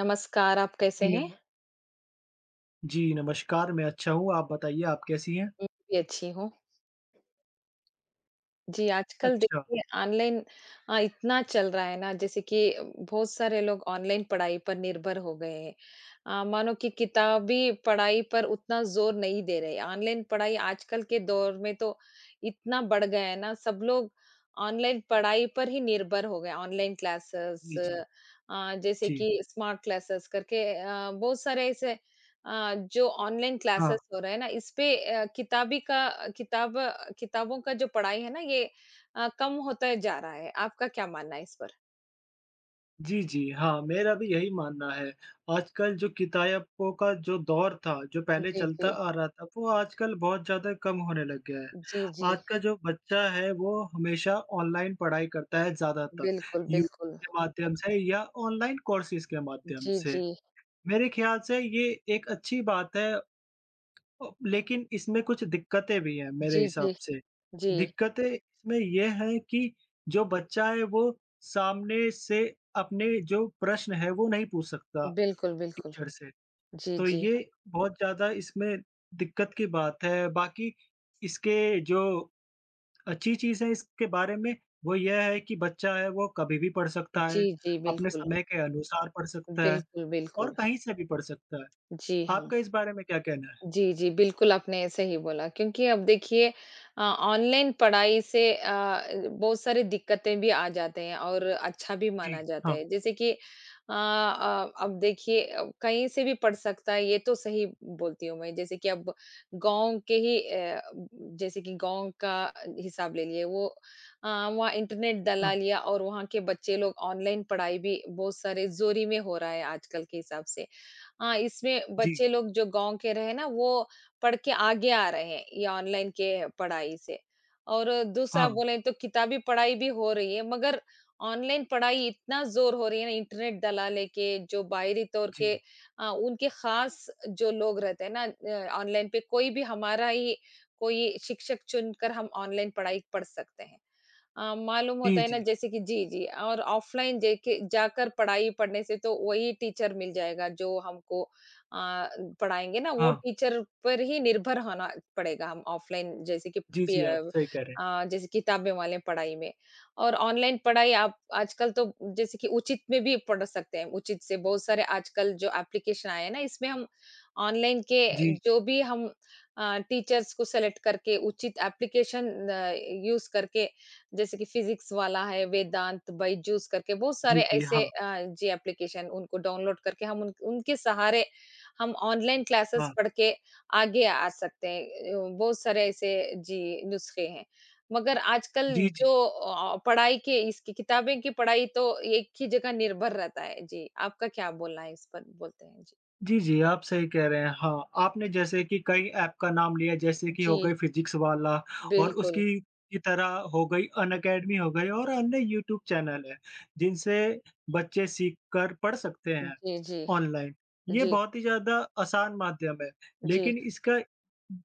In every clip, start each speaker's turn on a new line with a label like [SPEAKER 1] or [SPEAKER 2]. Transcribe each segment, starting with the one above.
[SPEAKER 1] नमस्कार, आप
[SPEAKER 2] जी,
[SPEAKER 1] कैसे हैं?
[SPEAKER 2] नम जी, नमस्कार, मैं अच्छा हूँ, आप बताइए आप कैसी हैं?
[SPEAKER 1] मैं भी अच्छी हूँ। जी, आजकल
[SPEAKER 2] अच्छा।
[SPEAKER 1] देखिए ऑनलाइन इतना चल रहा है ना जैसे कि बहुत सारे लोग ऑनलाइन पढ़ाई पर निर्भर हो गए हैं। मानो कि किताबी पढ़ाई पर उतना ज़ोर नहीं दे रहे। ऑनलाइन पढ़ाई आजकल के दौर में तो इतना बढ़ गया है ना, सब लोग ऑनलाइन पढ़ाई पर ही निर्भर हो गए। ऑनलाइन क्लासेस
[SPEAKER 2] जी, जी,
[SPEAKER 1] जैसे
[SPEAKER 2] जी,
[SPEAKER 1] कि स्मार्ट क्लासेस करके बहुत सारे ऐसे जो ऑनलाइन क्लासेस
[SPEAKER 2] हाँ।
[SPEAKER 1] हो रहे हैं ना इसपे किताबी का किताब किताबों का जो पढ़ाई है ना ये कम होता जा रहा है। आपका क्या मानना है इस पर?
[SPEAKER 2] जी, जी, हाँ, मेरा भी यही मानना है। आजकल जो किताबों का जो दौर था, जो पहले
[SPEAKER 1] जी,
[SPEAKER 2] चलता
[SPEAKER 1] जी।
[SPEAKER 2] आ रहा था, वो आजकल बहुत ज़्यादा कम होने लग गया है।
[SPEAKER 1] जी, जी।
[SPEAKER 2] आज का जो बच्चा है, वो हमेशा ऑनलाइन पढ़ाई करता है ज़्यादातर,
[SPEAKER 1] बिल्कुल, बिल्कुल।
[SPEAKER 2] यूट्यूब के माध्यम से या ऑनलाइन कोर्सेज़ के माध्यम
[SPEAKER 1] जी,
[SPEAKER 2] से।
[SPEAKER 1] जी।
[SPEAKER 2] मेरे ख़्याल से ये एक अच्छी बात है। लेकिन इसमें कुछ दिक्कतें भी हैं मेरे
[SPEAKER 1] जी,
[SPEAKER 2] हिसाब
[SPEAKER 1] जी।
[SPEAKER 2] से।
[SPEAKER 1] जी।
[SPEAKER 2] दिक्कतें इसमें ये हैं कि जो बच्चा है वो सामने से अपने जो प्रश्न है वो नहीं पूछ सकता
[SPEAKER 1] बिल्कुल, बिल्कुल।
[SPEAKER 2] टीचर से।
[SPEAKER 1] जी,
[SPEAKER 2] तो
[SPEAKER 1] जी। हाँ।
[SPEAKER 2] ये बहुत ज़्यादा इसमें दिक्कत की बात है। बाकी इसके जो अच्छी चीज़ है इसके बारे में वो यह है कि बच्चा है वो कभी भी पढ़ सकता
[SPEAKER 1] जी,
[SPEAKER 2] है,
[SPEAKER 1] जी।
[SPEAKER 2] अपने
[SPEAKER 1] बिल्कुल।
[SPEAKER 2] समय के अनुसार पढ़ सकता है
[SPEAKER 1] बिल्कुल,
[SPEAKER 2] और
[SPEAKER 1] बिल्कुल।
[SPEAKER 2] कहीं से भी पढ़ सकता है।
[SPEAKER 1] जी, हाँ।
[SPEAKER 2] आपका इस बारे में क्या कहना है?
[SPEAKER 1] जी, जी, बिल्कुल आपने सही बोला क्योंकि अब देखिए ऑनलाइन पढ़ाई से बहुत सारी दिक्कतें भी आ जाते हैं और अच्छा भी
[SPEAKER 2] जी।
[SPEAKER 1] माना जाता
[SPEAKER 2] हाँ,
[SPEAKER 1] है। जैसे कि अब देखिए कहीं से भी पढ़ सकता है ये तो सही बोलती हूँ मैं। जैसे कि अब गाँव के ही जैसे कि गाँव का हिसाब ले लिए वो वहाँ इंटरनेट डला
[SPEAKER 2] हाँ।
[SPEAKER 1] लिया और वहाँ के बच्चे लोग ऑनलाइन पढ़ाई भी बहुत सारे ज़ोरी में हो रहा है आजकल के हिसाब से। हाँ, इसमें
[SPEAKER 2] जी।
[SPEAKER 1] बच्चे लोग जो गाँव के रहे ना, वो पढ़ के आगे आ रहे हैं, ये ऑनलाइन के पढ़ाई से। और दूसरा
[SPEAKER 2] हाँ,
[SPEAKER 1] बोले तो किताबी पढ़ाई भी हो रही है, मगर ऑनलाइन पढ़ाई इतना ज़ोर हो रही है ना, इंटरनेट दलाले के, जो बाहरी तौर
[SPEAKER 2] जी।
[SPEAKER 1] के उनके ख़ास जो लोग रहते हैं ना ऑनलाइन पे कोई भी हमारा ही कोई शिक्षक चुनकर हम ऑनलाइन पढ़ाई पढ़ सकते हैं। मालूम
[SPEAKER 2] जी,
[SPEAKER 1] होता है ना
[SPEAKER 2] जी।
[SPEAKER 1] जैसे कि जी, जी और ऑफ़लाइन जेके जाकर पढ़ाई पढ़ने से तो वही टीचर मिल जाएगा जो हमको अ, पढ़ाएँगे ना वो
[SPEAKER 2] हाँ।
[SPEAKER 1] टीचर पर ही निर्भर होना पड़ेगा हम ऑफ़लाइन जैसे कि
[SPEAKER 2] जी,
[SPEAKER 1] पे
[SPEAKER 2] जी, आप सही कह रहे हैं।
[SPEAKER 1] जैसे किताबें वाले पढ़ाई में। और ऑनलाइन पढ़ाई आप आजकल तो जैसे कि उचित में भी पढ़ सकते हैं, उचित से बहुत सारे आजकल जो एप्लीकेशन आए हैं ना इसमें हम ऑनलाइन के
[SPEAKER 2] जी,
[SPEAKER 1] जो भी हम टीचर्स को सेलेक्ट करके उचित एप्लीकेशन यूज़ करके जैसे कि फिजिक्स वाला है, वेदांत, बायजूस करके बहुत
[SPEAKER 2] जी,
[SPEAKER 1] सारे
[SPEAKER 2] जी,
[SPEAKER 1] ऐसे
[SPEAKER 2] हाँ,
[SPEAKER 1] जी एप्लीकेशन उनको डाउनलोड करके हम उन उनके सहारे हम ऑनलाइन क्लासेस
[SPEAKER 2] हाँ।
[SPEAKER 1] पढ़ के आगे आ सकते हैं। बहुत सारे ऐसे जी नुस्खे हैं। मगर आजकल
[SPEAKER 2] जी, जी।
[SPEAKER 1] जो पढ़ाई के इसकी किताबें की पढ़ाई तो एक ही जगह निर्भर रहता है। जी, आपका क्या बोलना है इस पर? बोलते हैं जी।
[SPEAKER 2] जी, जी, आप सही कह रहे हैं। हाँ, आपने जैसे कि कई ऐप का नाम लिया जैसे कि हो
[SPEAKER 1] जी,
[SPEAKER 2] गई फिज़िक्स वाला और
[SPEAKER 1] बिल्कुल।
[SPEAKER 2] उसकी की तरह हो गई अनअकैडमी हो गई और अन्य यूट्यूब चैनल है, जिनसे बच्चे सीखकर पढ़ सकते हैं
[SPEAKER 1] जी, जी,
[SPEAKER 2] ऑनलाइन। ये
[SPEAKER 1] जी,
[SPEAKER 2] बहुत ही ज़्यादा आसान माध्यम है,
[SPEAKER 1] जी।
[SPEAKER 2] लेकिन इसका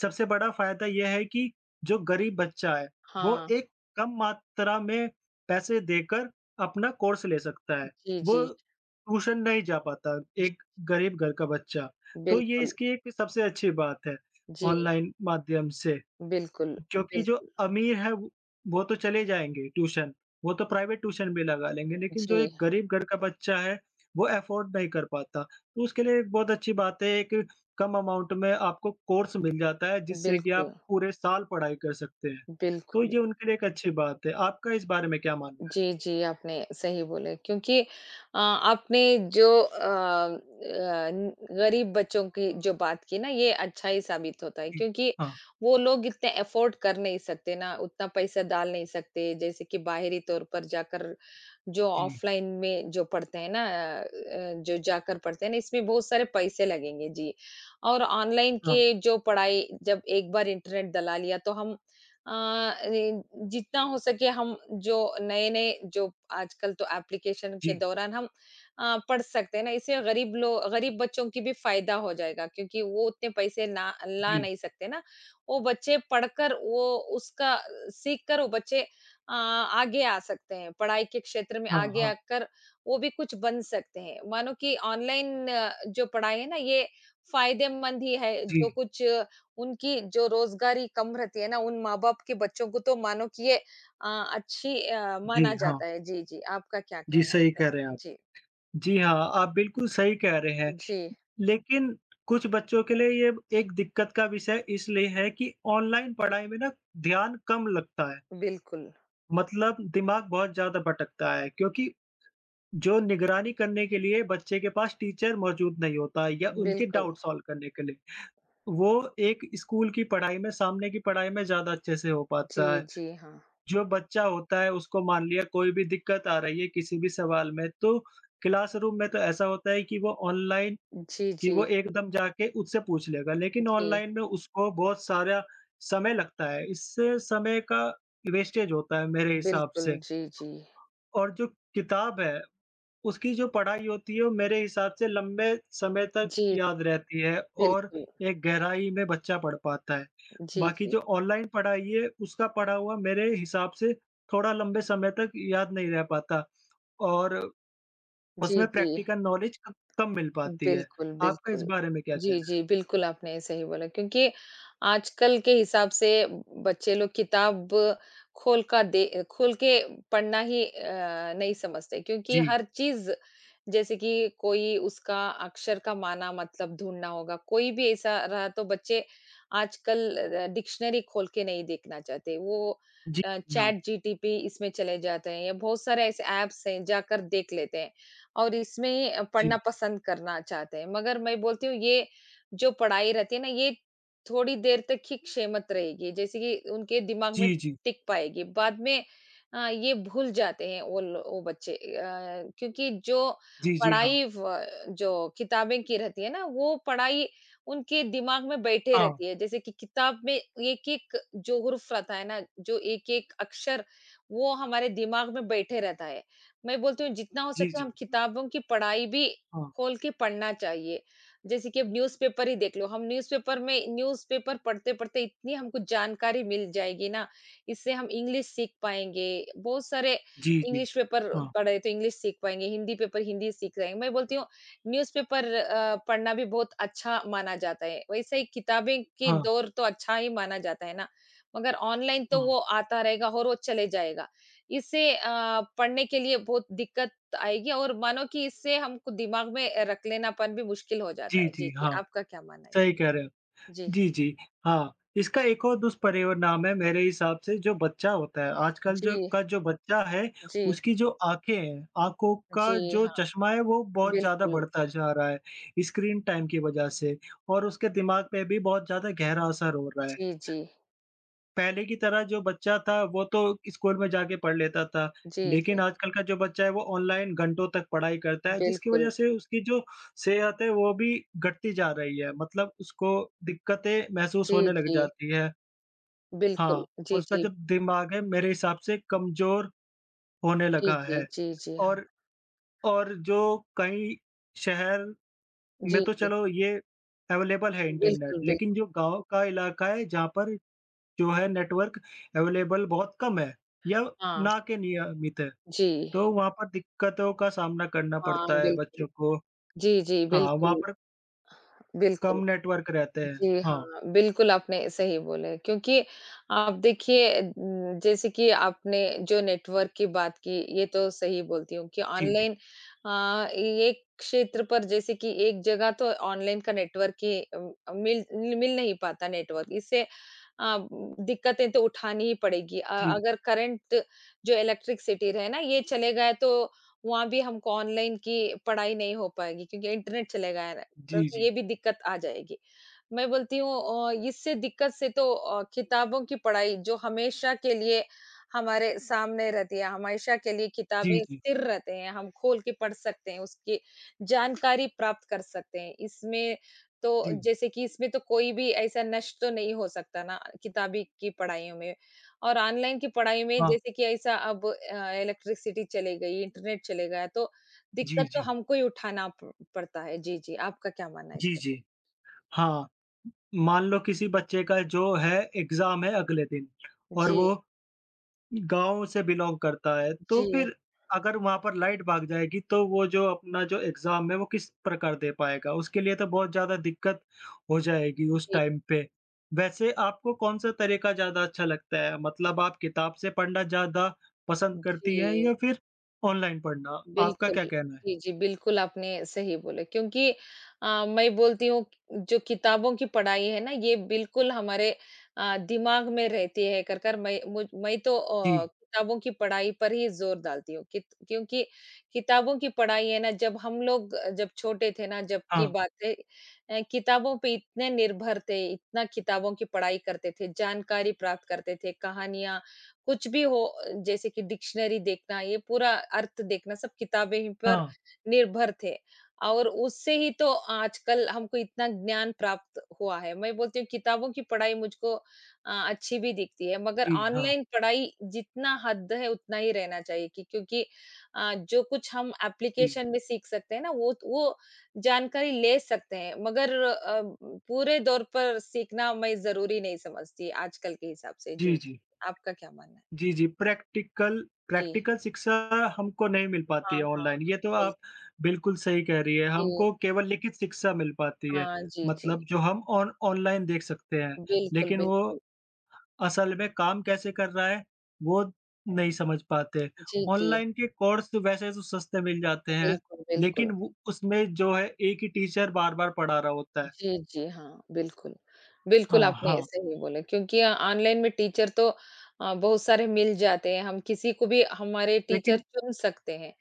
[SPEAKER 2] सबसे बड़ा फ़ायदा यह है कि जो गरीब बच्चा है, वो
[SPEAKER 1] हाँ,
[SPEAKER 2] एक कम मात्रा में पैसे देकर अपना कोर्स ले सकता है।
[SPEAKER 1] जी, जी,
[SPEAKER 2] वो ट्यूशन नहीं जा पाता,
[SPEAKER 1] जी,
[SPEAKER 2] एक गरीब घर का बच्चा। तो ये
[SPEAKER 1] बिल्कुल।
[SPEAKER 2] इसकी एक सबसे अच्छी बात है
[SPEAKER 1] जी।
[SPEAKER 2] ऑनलाइन माध्यम से,
[SPEAKER 1] बिल्कुल,
[SPEAKER 2] क्योंकि जो
[SPEAKER 1] बिल्कुल।
[SPEAKER 2] अमीर है वो तो चले जाएँगे ट्यूशन, वो तो प्राइवेट ट्यूशन भी लगा लेंगे, लेकिन जो
[SPEAKER 1] जी,
[SPEAKER 2] एक गरीब घर का बच्चा है, वो अफ़ोर्ड नहीं कर पाता। तो उसके लिए एक बहुत अच्छी बात है, एक कम अमाउंट में आपको कोर्स मिल जाता है, जिससे कि आप
[SPEAKER 1] बिल्कुल,
[SPEAKER 2] पूरे साल पढ़ाई कर सकते हैं। तो
[SPEAKER 1] बिल्कुल।
[SPEAKER 2] ये उनके लिए एक अच्छी बात है। आपका इस बारे में क्या मानना है?
[SPEAKER 1] जी, जी, आपने सही बोले क्योंकि आपने जो न गरीब बच्चों की जो बात की ना ये अच्छा ही साबित होता है
[SPEAKER 2] जी,
[SPEAKER 1] क्योंकि
[SPEAKER 2] हाँ,
[SPEAKER 1] वो लोग इतने अफ़ोर्ड कर नहीं सकते ना, उतना पैसा डाल नहीं सकते जैसे कि बाहरी तौर पर जाकर जो
[SPEAKER 2] जी,
[SPEAKER 1] ऑफ़लाइन में जो पढ़ते हैं ना जो जाकर पढ़ते हैं ना इसमें बहुत सारे पैसे लगेंगे जी। और ऑनलाइन
[SPEAKER 2] हाँ,
[SPEAKER 1] के जो पढ़ाई जब एक बार इंटरनेट डला लिया तो हम अ, ए, जितना हो सके हम जो नए-नए जो आजकल तो एप्लीकेशन के
[SPEAKER 2] जी,
[SPEAKER 1] दौरान हम पढ़ सकते हैं ना, इससे गरीब बच्चों की भी फ़ायदा हो जाएगा क्योंकि वो उतने पैसे ना ला
[SPEAKER 2] जी,
[SPEAKER 1] नहीं सकते ना। वो बच्चे पढ़कर वो उसका सीख कर वो बच्चे आगे आ सकते हैं, पढ़ाई के क्षेत्र में
[SPEAKER 2] हाँ,
[SPEAKER 1] आगे
[SPEAKER 2] हाँ,
[SPEAKER 1] आकर वो भी कुछ बन सकते हैं। मानो कि ऑनलाइन जो पढ़ाई है ना, ये फ़ायदेमंद ही है, जो
[SPEAKER 2] जी,
[SPEAKER 1] कुछ उनकी जो रोज़गारी कम रहती है ना, उन माँ-बाप के बच्चों को तो मानो कि ये अ, अच्छी
[SPEAKER 2] जी,
[SPEAKER 1] माना
[SPEAKER 2] हाँ।
[SPEAKER 1] जाता है। जी, जी, आपका क्या
[SPEAKER 2] जी,
[SPEAKER 1] कहना है इस
[SPEAKER 2] सही
[SPEAKER 1] पर?
[SPEAKER 2] कह रहे हैं आप।
[SPEAKER 1] जी,
[SPEAKER 2] जी हाँ, आप बिल्कुल सही कह रहे हैं,
[SPEAKER 1] जी,
[SPEAKER 2] लेकिन कुछ बच्चों के लिए ये एक दिक्कत का विषय इसलिए है कि ऑनलाइन पढ़ाई में ना ध्यान कम लगता है,
[SPEAKER 1] बिल्कुल,
[SPEAKER 2] मतलब दिमाग बहुत ज़्यादा भटकता है क्योंकि जो निगरानी करने के लिए बच्चे के पास टीचर मौजूद नहीं होता है या उनके
[SPEAKER 1] बिल्कुल।
[SPEAKER 2] डाउट सॉल्व करने के लिए। वो एक स्कूल की पढ़ाई में सामने की पढ़ाई में ज़्यादा अच्छे से हो
[SPEAKER 1] जी,
[SPEAKER 2] पाता है।
[SPEAKER 1] जी, हाँ।
[SPEAKER 2] जो बच्चा होता है उसको मान लिया कोई भी दिक्कत आ रही है किसी भी सवाल में तो क्लासरूम में तो ऐसा होता है कि वो ऑनलाइन
[SPEAKER 1] जी,
[SPEAKER 2] कि
[SPEAKER 1] जी,
[SPEAKER 2] वो एकदम जाके उससे पूछ लेगा, लेकिन
[SPEAKER 1] जी,
[SPEAKER 2] ऑनलाइन में उसको बहुत सारा समय लगता है। इससे समय का वेस्टेज होता है मेरे हिसाब
[SPEAKER 1] बिल्कुल,
[SPEAKER 2] से
[SPEAKER 1] जी, जी।
[SPEAKER 2] और जो किताब है उसकी जो पढ़ाई होती है वो मेरे हिसाब से लंबे समय तक
[SPEAKER 1] जी,
[SPEAKER 2] याद रहती है और
[SPEAKER 1] बिल्कुल।
[SPEAKER 2] एक गहराई में बच्चा पढ़ पाता है।
[SPEAKER 1] जी,
[SPEAKER 2] बाकी
[SPEAKER 1] जी।
[SPEAKER 2] जो ऑनलाइन पढ़ाई है उसका पढ़ा हुआ मेरे हिसाब से थोड़ा लंबे समय तक याद नहीं रह पाता और
[SPEAKER 1] जी,
[SPEAKER 2] उसमें
[SPEAKER 1] जी।
[SPEAKER 2] प्रैक्टिकल नॉलेज क कम मिल पाती है।
[SPEAKER 1] बिल्कुल,
[SPEAKER 2] आपका इस
[SPEAKER 1] बिल्कुल।
[SPEAKER 2] बारे में क्या
[SPEAKER 1] जी,
[SPEAKER 2] कहना है?
[SPEAKER 1] जी, बिल्कुल आपने सही बोला क्योंकि आजकल के हिसाब से बच्चे लोग किताब खोल का दे खोल के पढ़ना ही नहीं समझते क्योंकि
[SPEAKER 2] जी।
[SPEAKER 1] हर चीज़ जैसे कि कोई उसका अक्षर का माना मतलब ढूँढना होगा, कोई भी ऐसा रहा तो बच्चे आजकल डिक्शनरी खोल के नहीं देखना चाहते। वो
[SPEAKER 2] जी, हाँ।
[SPEAKER 1] चैट जीटीपी इसमें चले जाते हैं या बहुत सारे ऐसे ऐप्स हैं, जाकर देख लेते हैं। और इसमें पढ़ना
[SPEAKER 2] जी।
[SPEAKER 1] पसंद करना चाहते हैं। मगर मैं बोलती हूँ ये जो पढ़ाई रहती है ना ये थोड़ी देर तक ही क्षेमत रहेगी, जैसे कि उनके दिमाग में
[SPEAKER 2] जी, जी।
[SPEAKER 1] टिक पाएगी। बाद में ये भूल जाते हैं वो बच्चे क्योंकि जो
[SPEAKER 2] जी, जी, हाँ।
[SPEAKER 1] पढ़ाई व जो किताबें की रहती है ना वो पढ़ाई उनके दिमाग में बैठे
[SPEAKER 2] हाँ।
[SPEAKER 1] रहती है। जैसे कि किताब में एक-एक जो हुर्फ रहता है ना, जो एक-एक अक्षर वो हमारे दिमाग में बैठे रहता है। मैं बोलती हूँ जितना हो
[SPEAKER 2] जी,
[SPEAKER 1] सके हम
[SPEAKER 2] जी।
[SPEAKER 1] किताबों की पढ़ाई भी
[SPEAKER 2] हाँ।
[SPEAKER 1] खोल के पढ़ना चाहिए। जैसे कि अब न्यूज़पेपर ही देख लो, हम न्यूज़पेपर में न्यूज़पेपर पढ़ते-पढ़ते इतनी हमको जानकारी मिल जाएगी ना, इससे हम इंग्लिश सीख पाएँगे। बहुत सारे
[SPEAKER 2] जी, जी।
[SPEAKER 1] इंग्लिश पेपर
[SPEAKER 2] हाँ,
[SPEAKER 1] पढ़े तो इंग्लिश सीख पाएँगे, हिंदी पेपर हिंदी सीख जाएँगे। मैं बोलती हूँ न्यूज़पेपर पढ़ना भी बहुत अच्छा माना जाता है। वैसे ही किताबें के
[SPEAKER 2] हाँ,
[SPEAKER 1] दौर तो अच्छा ही माना जाता है ना, मगर ऑनलाइन तो
[SPEAKER 2] हाँ।
[SPEAKER 1] वो आता रहेगा और वो चले जाएगा। इससे पढ़ने के लिए बहुत दिक्कत आएगी और मानो कि इससे हमको दिमाग में रख लेनापन भी मुश्किल हो जाता
[SPEAKER 2] जी,
[SPEAKER 1] है। जी,
[SPEAKER 2] जी,
[SPEAKER 1] जी,
[SPEAKER 2] हाँ।
[SPEAKER 1] आपका क्या मानना है इस।
[SPEAKER 2] सही कह रहे हैं।
[SPEAKER 1] जी,
[SPEAKER 2] जी, जी। हाँ, इसका एक और दुष्परिणाम है मेरे हिसाब से जो बच्चा होता है, आजकल जो
[SPEAKER 1] जी,
[SPEAKER 2] का जो बच्चा है,
[SPEAKER 1] जी,
[SPEAKER 2] उसकी जो आँखें हैं, आँखों का
[SPEAKER 1] जी,
[SPEAKER 2] जो
[SPEAKER 1] हाँ,
[SPEAKER 2] चश्मा है वो बहुत ज़्यादा
[SPEAKER 1] बिल्कुल।
[SPEAKER 2] बढ़ता जा रहा है, स्क्रीन टाइम की वजह से और उसके दिमाग पे भी बहुत ज़्यादा गहरा असर हो रहा है।
[SPEAKER 1] जी, जी,
[SPEAKER 2] पहले की तरह जो बच्चा था वो तो स्कूल में जाके पढ़ लेता था,
[SPEAKER 1] जी, जी,
[SPEAKER 2] लेकिन आजकल का जो बच्चा है वो ऑनलाइन घंटों तक पढ़ाई करता है जिसकी
[SPEAKER 1] बिल्कुल।
[SPEAKER 2] वज़ह से उसकी जो सेहत है वो भी घटती जा रही है, मतलब उसको दिक्कतें महसूस
[SPEAKER 1] जी,
[SPEAKER 2] होने लग
[SPEAKER 1] जी,
[SPEAKER 2] जाती है।
[SPEAKER 1] बिल्कुल।
[SPEAKER 2] हाँ, और
[SPEAKER 1] जी,
[SPEAKER 2] उसका
[SPEAKER 1] जी,
[SPEAKER 2] जो दिमाग है मेरे हिसाब से कमज़ोर होने
[SPEAKER 1] जी,
[SPEAKER 2] लगा
[SPEAKER 1] जी,
[SPEAKER 2] है
[SPEAKER 1] जी, जी, हाँ।
[SPEAKER 2] और और जो कई शहर में
[SPEAKER 1] जी,
[SPEAKER 2] तो
[SPEAKER 1] जी,
[SPEAKER 2] चलो ये अवेलेबल है इंटरनेट
[SPEAKER 1] बिल्कुल, बिल
[SPEAKER 2] लेकिन जो गाँव का इलाका है जहाँ पर जो है नेटवर्क अवेलेबल बहुत कम है या
[SPEAKER 1] हाँ,
[SPEAKER 2] ना के नियमित है,
[SPEAKER 1] जी,
[SPEAKER 2] तो वहाँ पर दिक्कतों का सामना करना
[SPEAKER 1] हाँ,
[SPEAKER 2] पड़ता है
[SPEAKER 1] बिल्कुल।
[SPEAKER 2] बच्चों को।
[SPEAKER 1] जी, जी,
[SPEAKER 2] हाँ, वहाँ
[SPEAKER 1] बिल्कुल,
[SPEAKER 2] पर कम
[SPEAKER 1] बिल्कुल।
[SPEAKER 2] नेटवर्क रहते हैं।
[SPEAKER 1] जी
[SPEAKER 2] हाँ,
[SPEAKER 1] हाँ, बिल्कुल आपने सही बोले क्योंकि आप देखिए जैसे कि आपने जो नेटवर्क की बात की, ये तो सही बोलती हूँ कि
[SPEAKER 2] जी,
[SPEAKER 1] ऑनलाइन ये क्षेत्र पर जैसे कि एक जगह तो ऑनलाइन का नेटवर्क ही मिल मिल नहीं पाता नेटवर्क। इससे दिक्कतें तो उठानी ही पड़ेगी।
[SPEAKER 2] जी,
[SPEAKER 1] अगर करंट जो इलेक्ट्रिसिटी रहे ना, ये चले गए तो वहाँ भी हमको ऑनलाइन की पढ़ाई नहीं हो पाएगी क्योंकि इंटरनेट चले गया है, ना, तो
[SPEAKER 2] जी, जी,
[SPEAKER 1] ये भी दिक्कत आ जाएगी। मैं बोलती हूँ इससे दिक्कत से तो किताबों की पढ़ाई जो हमेशा के लिए हमारे सामने रहती है, हमेशा के लिए किताबें
[SPEAKER 2] जी,
[SPEAKER 1] स्थिर रहते हैं, हम खोल के पढ़ सकते हैं, उसकी जानकारी प्राप्त कर सकते हैं। इसमें तो
[SPEAKER 2] जी, जी,
[SPEAKER 1] जैसे कि इसमें तो कोई भी ऐसा नष्ट तो नहीं हो सकता ना किताबी की पढ़ाइयों में। और ऑनलाइन की पढ़ाई में
[SPEAKER 2] हाँ,
[SPEAKER 1] जैसे कि ऐसा अब इलेक्ट्रिसिटी चली गई, इंटरनेट चले गया, तो
[SPEAKER 2] जी,
[SPEAKER 1] दिक्कत तो
[SPEAKER 2] जी,
[SPEAKER 1] हमको ही उठाना प पड़ता है। जी, जी, आपका क्या मानना है इस
[SPEAKER 2] जी,
[SPEAKER 1] पे?
[SPEAKER 2] जी। हाँ, मान लो किसी बच्चे का जो है एग्ज़ाम है अगले दिन और
[SPEAKER 1] जी।
[SPEAKER 2] वो गाँव से बिलॉन्ग करता है, तो
[SPEAKER 1] जी,
[SPEAKER 2] फिर अगर वहाँ पर लाइट भाग जाएगी, तो वो जो अपना जो एग्ज़ाम है, वो किस प्रकार दे पाएगा? उसके लिए तो बहुत ज़्यादा दिक्कत हो जाएगी उस
[SPEAKER 1] जी,
[SPEAKER 2] टाइम पे। वैसे आपको कौन-सा तरीका ज़्यादा अच्छा लगता है? मतलब आप किताब से पढ़ना ज़्यादा पसंद करती
[SPEAKER 1] जी।
[SPEAKER 2] हैं या फिर ऑनलाइन पढ़ना? आपका
[SPEAKER 1] बिल्कुल।
[SPEAKER 2] क्या कहना है?
[SPEAKER 1] जी, जी, बिल्कुल आपने सही बोला क्योंकि मैं बोलती हूँ जो किताबों की पढ़ाई है ना ये बिल्कुल हमारे दिमाग में रहती है कर कर मैं मुझ मैं तो
[SPEAKER 2] जी,
[SPEAKER 1] किताबों की पढ़ाई पर ही ज़ोर डालती हूँ कित क्योंकि किताबों की पढ़ाई है ना जब हम लोग जब छोटे थे ना जब की
[SPEAKER 2] हाँ,
[SPEAKER 1] बातें किताबों पे इतने निर्भर थे, इतना किताबों की पढ़ाई करते थे, जानकारी प्राप्त करते थे, कहानियाँ कुछ भी हो जैसे कि डिक्शनरी देखना, ये पूरा अर्थ देखना सब किताबें ही पर
[SPEAKER 2] हाँ,
[SPEAKER 1] निर्भर थे और उससे ही तो आजकल हमको इतना ज्ञान प्राप्त हुआ है। मैं बोलती हूँ किताबों की पढ़ाई मुझको अच्छी भी दिखती है मगर
[SPEAKER 2] जी, हाँ,
[SPEAKER 1] ऑनलाइन पढ़ाई जितना हद है उतना ही रहना चाहिए कि क्योंकि जो कुछ हम
[SPEAKER 2] जी,
[SPEAKER 1] एप्लीकेशन में सीख सकते हैं ना वो जानकारी ले सकते हैं मगर पूरे दौर पर सीखना मैं ज़रूरी नहीं समझती आजकल के हिसाब से।
[SPEAKER 2] जी,
[SPEAKER 1] जी।
[SPEAKER 2] जी।
[SPEAKER 1] आपका क्या मानना है?
[SPEAKER 2] जी, जी, प्रैक्टिकल
[SPEAKER 1] जी।
[SPEAKER 2] प्रैक्टिकल शिक्षा हमको नहीं मिल पाती है
[SPEAKER 1] हाँ, हाँ,
[SPEAKER 2] ऑनलाइन, ये तो
[SPEAKER 1] बिल्कुल।
[SPEAKER 2] आप बिल्कुल सही कह रही है,
[SPEAKER 1] जी।
[SPEAKER 2] हमको केवल लिखित शिक्षा मिल पाती है,
[SPEAKER 1] हाँ, जी, जी।
[SPEAKER 2] मतलब जो हम ऑन ऑनलाइन देख सकते हैं,
[SPEAKER 1] बिल्कुल,
[SPEAKER 2] लेकिन वो
[SPEAKER 1] बिल्कुल।
[SPEAKER 2] असल में काम कैसे कर रहा है, वो नहीं समझ पाते।
[SPEAKER 1] जी, जी।
[SPEAKER 2] ऑनलाइन के कोर्स तो वैसे तो सस्ते मिल जाते हैं,
[SPEAKER 1] बिल्कुल,
[SPEAKER 2] लेकिन
[SPEAKER 1] बिल्कुल।
[SPEAKER 2] वो उसमें जो है एक ही टीचर बार-बार पढ़ा रहा होता है।
[SPEAKER 1] जी, जी, हाँ, बिल्कुल। बिल्कुल,
[SPEAKER 2] हाँ,
[SPEAKER 1] आपने
[SPEAKER 2] हाँ,
[SPEAKER 1] सही बोला क्योंकि ऑनलाइन में टीचर तो बहुत सारे मिल जाते हैं, हम किसी को भी हमारे टीचर
[SPEAKER 2] लेकिन
[SPEAKER 1] चुन सकते हैं,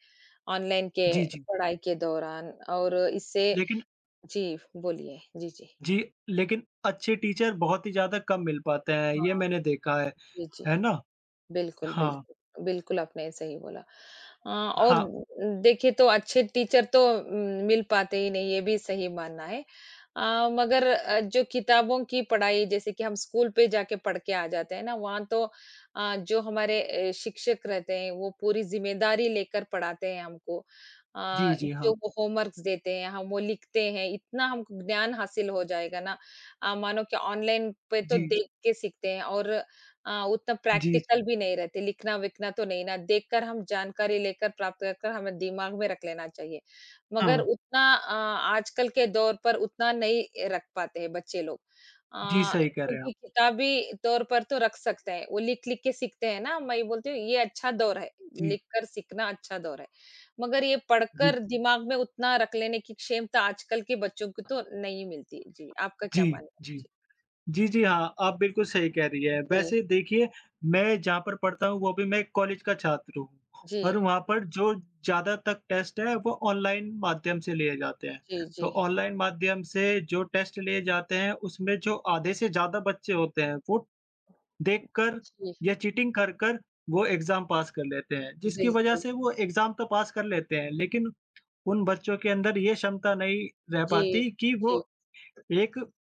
[SPEAKER 1] ऑनलाइन के
[SPEAKER 2] जी,
[SPEAKER 1] पढ़ाई के दौरान और इससे
[SPEAKER 2] लेकिन
[SPEAKER 1] जी, बोलिए? जी, जी।
[SPEAKER 2] जी, लेकिन अच्छे टीचर बहुत ही ज़्यादा कम मिल पाते हैं, ये
[SPEAKER 1] हाँ,
[SPEAKER 2] मैंने देखा
[SPEAKER 1] जी, जी।
[SPEAKER 2] है ना?
[SPEAKER 1] बिल्कुल,
[SPEAKER 2] हाँ,
[SPEAKER 1] बिल्कुल। बिल्कुल, आपने सही बोला। और
[SPEAKER 2] हाँ।
[SPEAKER 1] देखिए तो अच्छे टीचर तो मिल पाते ही नहीं, ये भी सही मानना है। मगर जो किताबों की पढ़ाई जैसे कि हम स्कूल पे जाके पढ़ के आ जाते हैं ना वहाँ तो जो हमारे शिक्षक रहते हैं वो पूरी जिम्मेदारी लेकर पढ़ाते हैं हमको अ,
[SPEAKER 2] जी, जी,
[SPEAKER 1] जो
[SPEAKER 2] हाँ।
[SPEAKER 1] वो होमवर्क्स देते हैं हम वो लिखते हैं इतना हमको ज्ञान हासिल हो जाएगा ना मानो कि ऑनलाइन पे तो
[SPEAKER 2] जी,
[SPEAKER 1] देख के सीखते हैं और उतना
[SPEAKER 2] जी,
[SPEAKER 1] प्रैक्टिकल
[SPEAKER 2] जी।
[SPEAKER 1] भी नहीं रहते लिखना विखना तो नहीं ना देखकर हम जानकारी लेकर प्राप्त कर हमें दिमाग में रख लेना चाहिए
[SPEAKER 2] हाँ,
[SPEAKER 1] मगर उतना आजकल के दौर पर उतना नहीं रख पाते हैं बच्चे लोग।
[SPEAKER 2] जी,
[SPEAKER 1] अ,
[SPEAKER 2] सही कह रहे हैं
[SPEAKER 1] क्योंकि
[SPEAKER 2] आप।
[SPEAKER 1] किताबी तौर पर तो रख सकते हैं, वो लिख-लिख के सीखते हैं ना, मैं ये बोलती हूँ ये अच्छा दौर है,
[SPEAKER 2] जी,
[SPEAKER 1] लिख कर सीखना अच्छा दौर है। मगर ये
[SPEAKER 2] जी,
[SPEAKER 1] पढ़कर दिमाग में उतना रख लेने की क्षमता आजकल के बच्चों को तो नहीं मिलती। जी, आपका क्या
[SPEAKER 2] जी,
[SPEAKER 1] मानना है?
[SPEAKER 2] जी।
[SPEAKER 1] जी,
[SPEAKER 2] जी, जी, हाँ, आप बिल्कुल सही कह रही हैं। वैसे देखिए, मैं जहाँ पर पढ़ता हूँ, वो भी मैं एक कॉलेज का छात्र हूँ
[SPEAKER 1] जी,
[SPEAKER 2] और वहाँ पर जो ज़्यादा तक टेस्ट है, वो ऑनलाइन माध्यम से लिए जाते हैं।
[SPEAKER 1] जी,
[SPEAKER 2] तो
[SPEAKER 1] जी,
[SPEAKER 2] ऑनलाइन माध्यम से जो टेस्ट लिए जाते हैं, उसमें जो आधे से ज़्यादा बच्चे होते हैं, वो देखकर
[SPEAKER 1] जी,
[SPEAKER 2] या चीटिंग कर कर वो एग्ज़ाम पास कर लेते हैं, जिसकी वज़ह
[SPEAKER 1] बिल्कुल।
[SPEAKER 2] से वो एग्ज़ाम तो पास कर लेते हैं, लेकिन उन बच्चों के अंदर ये क्षमता नहीं रह
[SPEAKER 1] जी,
[SPEAKER 2] पाती कि वो
[SPEAKER 1] जी,
[SPEAKER 2] एक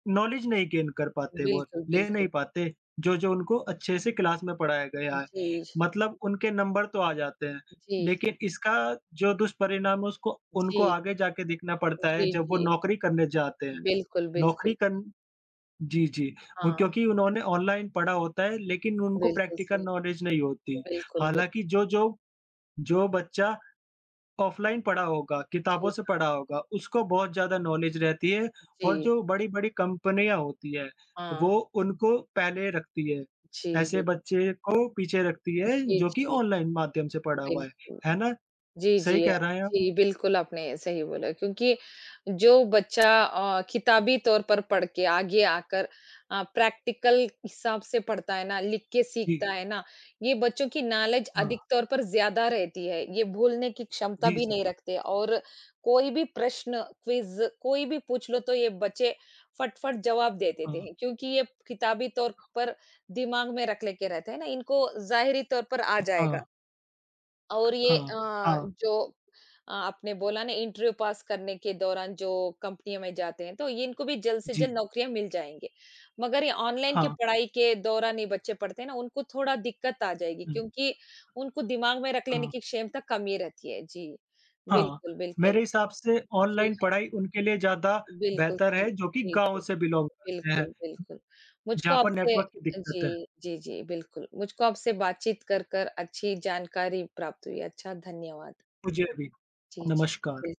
[SPEAKER 2] नॉलेज नहीं गेन कर पाते वो,
[SPEAKER 1] बिल्कुल,
[SPEAKER 2] ले
[SPEAKER 1] बिल्कुल।
[SPEAKER 2] नहीं पाते, जो-जो उनको अच्छे से क्लास में पढ़ाया गया है।
[SPEAKER 1] जी,
[SPEAKER 2] मतलब उनके नंबर तो आ जाते हैं,
[SPEAKER 1] जी,
[SPEAKER 2] लेकिन इसका जो दुष्परिणाम है उसको उनको
[SPEAKER 1] जी,
[SPEAKER 2] आगे जाके देखना पड़ता है
[SPEAKER 1] जी,
[SPEAKER 2] जब वो
[SPEAKER 1] जी।
[SPEAKER 2] नौकरी करने जाते हैं।
[SPEAKER 1] बिल्कुल,
[SPEAKER 2] नौकरी
[SPEAKER 1] बिल्कुल।
[SPEAKER 2] कर जी, जी। वो
[SPEAKER 1] हाँ,
[SPEAKER 2] क्योंकि उन्होंने ऑनलाइन पढ़ा होता है लेकिन उनको
[SPEAKER 1] बिल्कुल
[SPEAKER 2] प्रैक्टिकल
[SPEAKER 1] सही।
[SPEAKER 2] नॉलेज नहीं
[SPEAKER 1] जी,
[SPEAKER 2] होती।
[SPEAKER 1] बिल्कुल, बिल्कुल।
[SPEAKER 2] हालाँकि जो जो जो बच्चा ऑफलाइन पढ़ा होगा, किताबों
[SPEAKER 1] जी,
[SPEAKER 2] से पढ़ा होगा, उसको बहुत ज़्यादा नॉलेज रहती है
[SPEAKER 1] जी।
[SPEAKER 2] और जो बड़ी-बड़ी कंपनियाँ होती हैं,
[SPEAKER 1] हाँ,
[SPEAKER 2] वो उनको पहले रखती है।
[SPEAKER 1] जी,
[SPEAKER 2] ऐसे
[SPEAKER 1] बिल्कुल।
[SPEAKER 2] बच्चे को पीछे रखती है
[SPEAKER 1] जी,
[SPEAKER 2] जो कि
[SPEAKER 1] जी,
[SPEAKER 2] ऑनलाइन माध्यम से पढ़ा हुआ है।
[SPEAKER 1] बिल्कुल।
[SPEAKER 2] है ना?
[SPEAKER 1] जी,
[SPEAKER 2] सही
[SPEAKER 1] जी।
[SPEAKER 2] कह रहे हैं आप?
[SPEAKER 1] जी, बिल्कुल आपने सही बोला क्योंकि जो बच्चा किताबी तौर पर पढ़ के आगे आकर प्रैक्टिकल हिसाब से पढ़ता है ना, लिख के
[SPEAKER 2] जी,
[SPEAKER 1] सीखता है ना, ये बच्चों की नॉलेज
[SPEAKER 2] हाँ।
[SPEAKER 1] अधिक तौर पर ज़्यादा रहती है। ये भूलने की क्षमता
[SPEAKER 2] जी,
[SPEAKER 1] भी
[SPEAKER 2] जी।
[SPEAKER 1] नहीं रखते और कोई भी प्रश्न, क्विज़ कोई भी पूछ लो तो ये बच्चे फट-फट जवाब दे देते
[SPEAKER 2] हाँ,
[SPEAKER 1] हैं क्योंकि ये किताबी तौर पर दिमाग में रख ले के रहते हैं ना, इनको ज़ाहिरी तौर पर आ जाएगा।
[SPEAKER 2] हाँ,
[SPEAKER 1] और ये
[SPEAKER 2] हाँ, हाँ,
[SPEAKER 1] जो आपने बोला ना इंटरव्यू पास करने के दौरान जो कंपनियों में जाते हैं तो ये इनको भी जल्द से जल्द
[SPEAKER 2] जी,
[SPEAKER 1] नौकरियां मिल जाएंगे मगर ये ऑनलाइन की
[SPEAKER 2] हाँ,
[SPEAKER 1] पढ़ाई के दौरान ये बच्चे पढ़ते हैं ना उनको थोड़ा दिक्कत आ जाएगी
[SPEAKER 2] हुँ,
[SPEAKER 1] क्योंकि उनको दिमाग में रख लेने
[SPEAKER 2] हाँ।
[SPEAKER 1] की क्षमता कम ही रहती है जी।
[SPEAKER 2] हाँ,
[SPEAKER 1] बिल्कुल,
[SPEAKER 2] मेरे
[SPEAKER 1] बिल्कुल।
[SPEAKER 2] हिसाब से
[SPEAKER 1] जी,
[SPEAKER 2] ऑनलाइन
[SPEAKER 1] हाँ,
[SPEAKER 2] पढ़ाई उनके लिए ज़्यादा
[SPEAKER 1] बिल्कुल
[SPEAKER 2] बेहतर
[SPEAKER 1] सही।
[SPEAKER 2] है जो कि
[SPEAKER 1] जी,
[SPEAKER 2] गाँव
[SPEAKER 1] जी,
[SPEAKER 2] से बिलॉन्ग करते हैं,
[SPEAKER 1] बिल्कुल, बिल्कुल। मुझको
[SPEAKER 2] जहाँ पर
[SPEAKER 1] आपसे
[SPEAKER 2] नेटवर्क की दिक्कत
[SPEAKER 1] जी,
[SPEAKER 2] है।
[SPEAKER 1] जी, जी, बिल्कुल। मुझको आपसे बातचीत कर कर अच्छी जानकारी प्राप्त हुई। अच्छा, धन्यवाद।
[SPEAKER 2] मुझे भी,
[SPEAKER 1] जी, जी।
[SPEAKER 2] नमस्कार।
[SPEAKER 1] बिल्कुल।